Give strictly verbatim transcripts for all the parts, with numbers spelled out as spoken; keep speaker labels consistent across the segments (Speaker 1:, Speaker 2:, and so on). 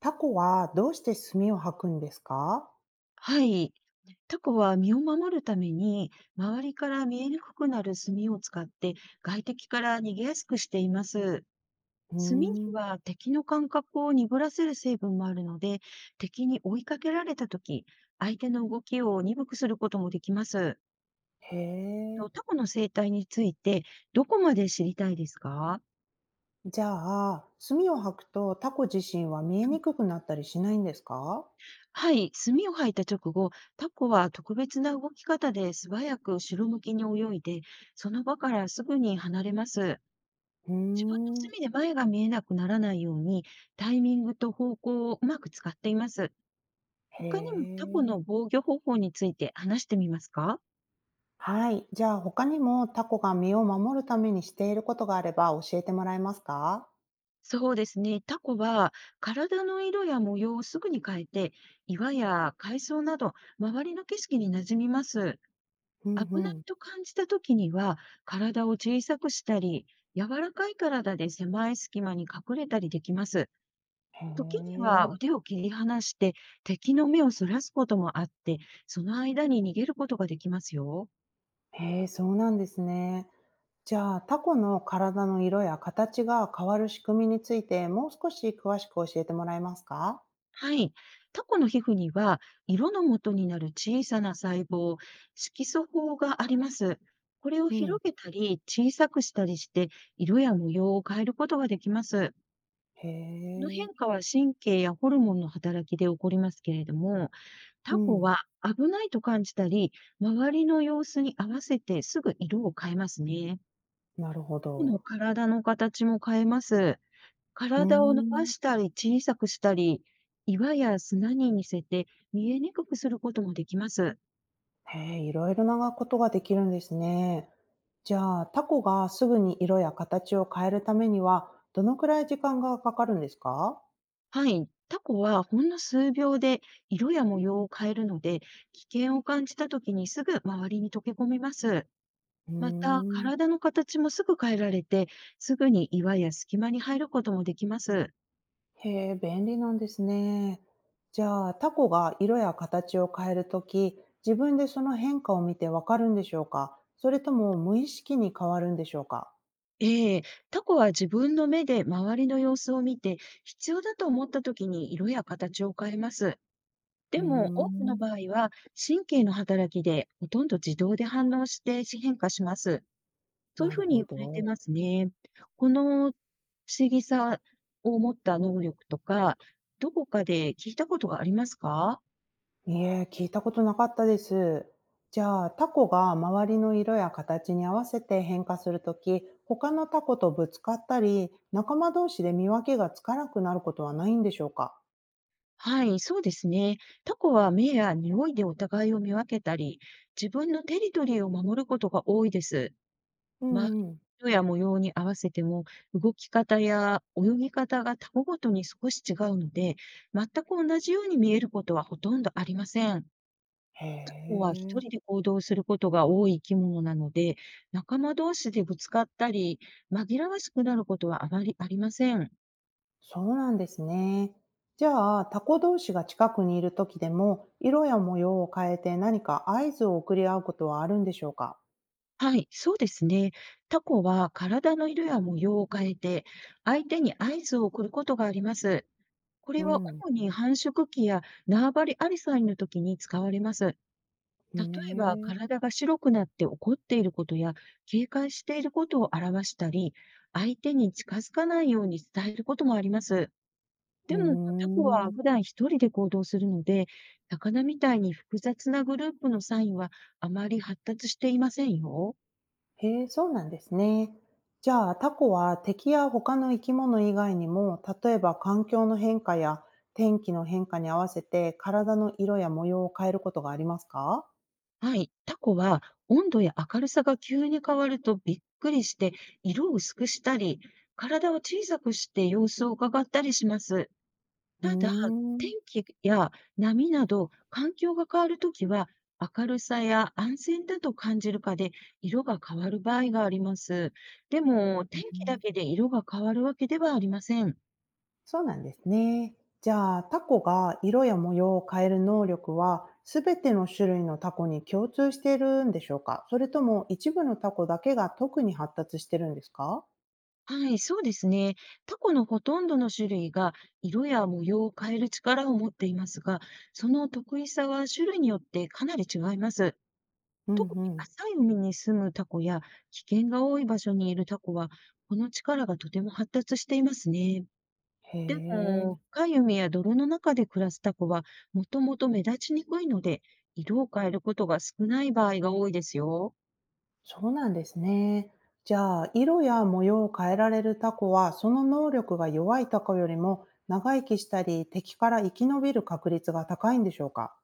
Speaker 1: タコはどうして墨を吐くんですか？
Speaker 2: はい。タコは身を守るために、周りから見えにくくなる墨を使って、外敵から逃げやすくしています。
Speaker 1: うー
Speaker 2: 墨に
Speaker 1: ん、
Speaker 2: は敵の感覚を鈍らせる成分もあるので、敵に追いかけられたとき、相手の動きを鈍くすることもできます。
Speaker 1: へ
Speaker 2: と
Speaker 1: え。
Speaker 2: タコの生態について、どこまで知りたいですか？
Speaker 1: じゃあ、墨を吐くとタコ自身は見え
Speaker 2: うん、
Speaker 1: にくくなったりしないんですか？
Speaker 2: はい、墨を吐いた直後、タコは特別な動き方で素早く後ろ向きに泳いで、その場からすぐに離れます。
Speaker 1: うー
Speaker 2: 自分の
Speaker 1: ん、
Speaker 2: 隅で前が見えなくならないように、タイミングと方向をうまく使っています。
Speaker 1: へ
Speaker 2: 他にもタコ
Speaker 1: え。
Speaker 2: の防御方法について話してみますか？
Speaker 1: はい。じゃあ、他にもタコが身を守るためにしていることがあれば教えてもらえますか？
Speaker 2: そうですね。タコは体の色や模様をすぐに変えて、岩や海藻など周りの景色に馴染みます。
Speaker 1: うん
Speaker 2: 危ない
Speaker 1: うん。
Speaker 2: と感じた時には、体を小さくしたり、柔らかい体で狭い隙間に隠れたりできます。
Speaker 1: へ
Speaker 2: 時には
Speaker 1: え。
Speaker 2: 腕を切り離して、敵の目をそらすこともあって、その間に逃げることができますよ。
Speaker 1: へえ、そうなんですね。じゃあ、タコの体の色や形が変わる仕組みについて、もう少し詳しく教えてもらえますか？
Speaker 2: はい。タコの皮膚には、色の元になる小さな細胞、色素胞があります。これを
Speaker 1: うん。
Speaker 2: 広げたり、小さくしたりして、色や模様を変えることができます。
Speaker 1: へ
Speaker 2: この
Speaker 1: え、
Speaker 2: 変化は神経やホルモンの働きで起こりますけれども、
Speaker 1: う
Speaker 2: タコ
Speaker 1: ん、
Speaker 2: は危ないと感じたり、周りの様子に合わせてすぐ色を変えますね。
Speaker 1: なるほ
Speaker 2: の
Speaker 1: ど。
Speaker 2: 体の形も変えます。
Speaker 1: うー
Speaker 2: 体を伸ば
Speaker 1: ん。
Speaker 2: したり小さくしたり、岩や砂に似せて見えにくくすることもできます。
Speaker 1: へえ、いろいろなことができるんですね。じゃあ、タコがすぐに色や形を変えるためには、どのくらい時間がかかるんですか？
Speaker 2: はい。タコはほんの数秒で色や模様を変えるので、危険を感じた時にすぐ周りに溶け込みます。
Speaker 1: うー
Speaker 2: また、
Speaker 1: ん。
Speaker 2: 体の形もすぐ変えられて、すぐに岩や隙間に入ることもできます。
Speaker 1: へえ、便利なんですね。じゃあ、タコが色や形を変えるとき、自分でその変化を見てわかるんでしょうか？それとも無意識に変わるんでしょうか？
Speaker 2: ええ、タコは自分の目で周りの様子を見て、必要だと思った時に色や形を変えます。
Speaker 1: う
Speaker 2: で
Speaker 1: ー
Speaker 2: も、多くの
Speaker 1: ん。
Speaker 2: 場合は、神経の働きでほとんど自動で反応して変化します。そうい
Speaker 1: な
Speaker 2: うふ
Speaker 1: る
Speaker 2: うに
Speaker 1: ほ
Speaker 2: 言われて
Speaker 1: ど。
Speaker 2: ますね。この不思議さを持った能力とか、どこかで聞いたことがありますか？
Speaker 1: いえ、聞いたことなかったです。じゃあ、タコが周りの色や形に合わせて変化するとき、他のタコとぶつかったり、仲間同士で見分けがつかなくなることはないんでしょうか？
Speaker 2: はい、そうですね。タコは目や匂いでお互いを見分けたり、自分のテリトリーを守ることが多いです。
Speaker 1: う
Speaker 2: まあ、
Speaker 1: んうん。
Speaker 2: 色や模様に合わせても、動き方や泳ぎ方がタコごとに少し違うので、全く同じように見えることはほとんどありません。
Speaker 1: へ
Speaker 2: タコは一
Speaker 1: え、
Speaker 2: 人で行動することが多い生き物なので、仲間同士でぶつかったり、紛らわしくなることはあまりありません。
Speaker 1: そうなんですね。じゃあ、タコ同士が近くにいるときでも、色や模様を変えて何か合図を送り合うことはあるんでしょうか？
Speaker 2: はい、そうですね。タコは体の色や模様を変えて、相手に合図を送ることがあります。こ
Speaker 1: う
Speaker 2: れは
Speaker 1: ん。
Speaker 2: 主に繁殖期や縄張りアリサイの時に使われます。例
Speaker 1: ね
Speaker 2: えば、
Speaker 1: え。
Speaker 2: 体が白くなって怒っていることや、警戒していることを表したり、相手に近づかないように伝えることもあります。
Speaker 1: うー
Speaker 2: でも、タコは
Speaker 1: ん。
Speaker 2: 普段一人で行動するので、魚みたいに複雑なグループのサインはあまり発達していませんよ。
Speaker 1: へえ、そうなんですね。じゃあ、タコは敵や他の生き物以外にも、例えば環境の変化や天気の変化に合わせて体の色や模様を変えることがありますか？
Speaker 2: はい。タコは温度や明るさが急に変わるとびっくりして、色を薄くしたり、体を小さくして様子を伺ったりします。
Speaker 1: う
Speaker 2: ただ、
Speaker 1: ー
Speaker 2: 天
Speaker 1: ん、
Speaker 2: 気や波など環境が変わるときは、明るさや安全だと感じるかで色が変わる場合があります。でも、天気だけで色が変わるわけではありません。
Speaker 1: そうなんですね。じゃあ、タコが色や模様を変える能力は、すべての種類のタコに共通しているんでしょうか？それとも一部のタコだけが特に発達してるんですか？
Speaker 2: はい、そうですね。タコのほとんどの種類が色や模様を変える力を持っていますが、その特異さは種類によってかなり違います。
Speaker 1: うん
Speaker 2: 特
Speaker 1: う
Speaker 2: に
Speaker 1: ん。
Speaker 2: 浅い海に住むタコや危険が多い場所にいるタコは、この力がとても発達していますね。
Speaker 1: へ
Speaker 2: で
Speaker 1: え。
Speaker 2: も、深い海や泥の中で暮らすタコは、もともと目立ちにくいので、色を変えることが少ない場合が多いですよ。
Speaker 1: そうなんですね。じゃあ、色や模様を変えられるタコは、その能力が弱いタコよりも長生きしたり、敵から生き延びる確率が高いんでしょうか？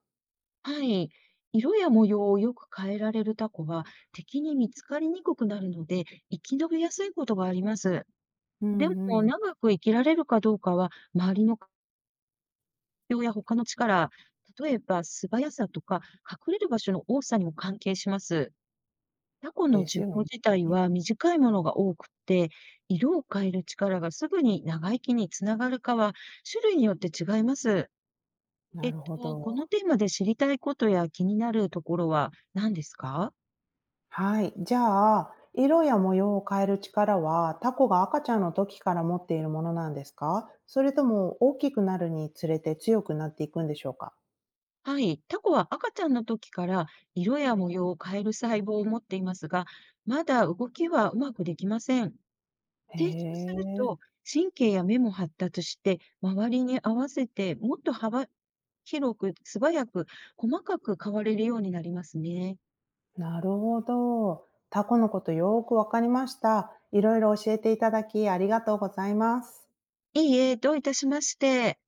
Speaker 2: はい。色や模様をよく変えられるタコは、敵に見つかりにくくなるので、生き延びやすいことがあります。
Speaker 1: う
Speaker 2: で
Speaker 1: ん
Speaker 2: も、
Speaker 1: うん。
Speaker 2: 長く生きられるかどうかは、周りの環境や他の力、例えば素早さとか隠れる場所の多さにも関係します。タコの
Speaker 1: です
Speaker 2: 寿
Speaker 1: よ
Speaker 2: 命
Speaker 1: ね。
Speaker 2: 自体は短いものが多くって、色を変える力がすぐに長生きにつながるかは種類によって違います。
Speaker 1: な
Speaker 2: えっ
Speaker 1: るほ
Speaker 2: と、この
Speaker 1: ど。
Speaker 2: テーマで知りたいことや気になるところは何ですか？
Speaker 1: はい。じゃあ、色や模様を変える力は、タコが赤ちゃんの時から持っているものなんですか？それとも大きくなるにつれて強くなっていくんでしょうか？
Speaker 2: はい。タコは赤ちゃんの時から色や模様を変える細胞を持っていますが、まだ動きはうまくできません。
Speaker 1: へ
Speaker 2: 成長する
Speaker 1: え。
Speaker 2: と神経や目も発達して、周りに合わせてもっと幅広く、素早く、細かく変われるようになりますね。
Speaker 1: なるほど。タコのことよーくわかりました。いろいろ教えていただきありがとうございます。
Speaker 2: いいえ、どういたしまして。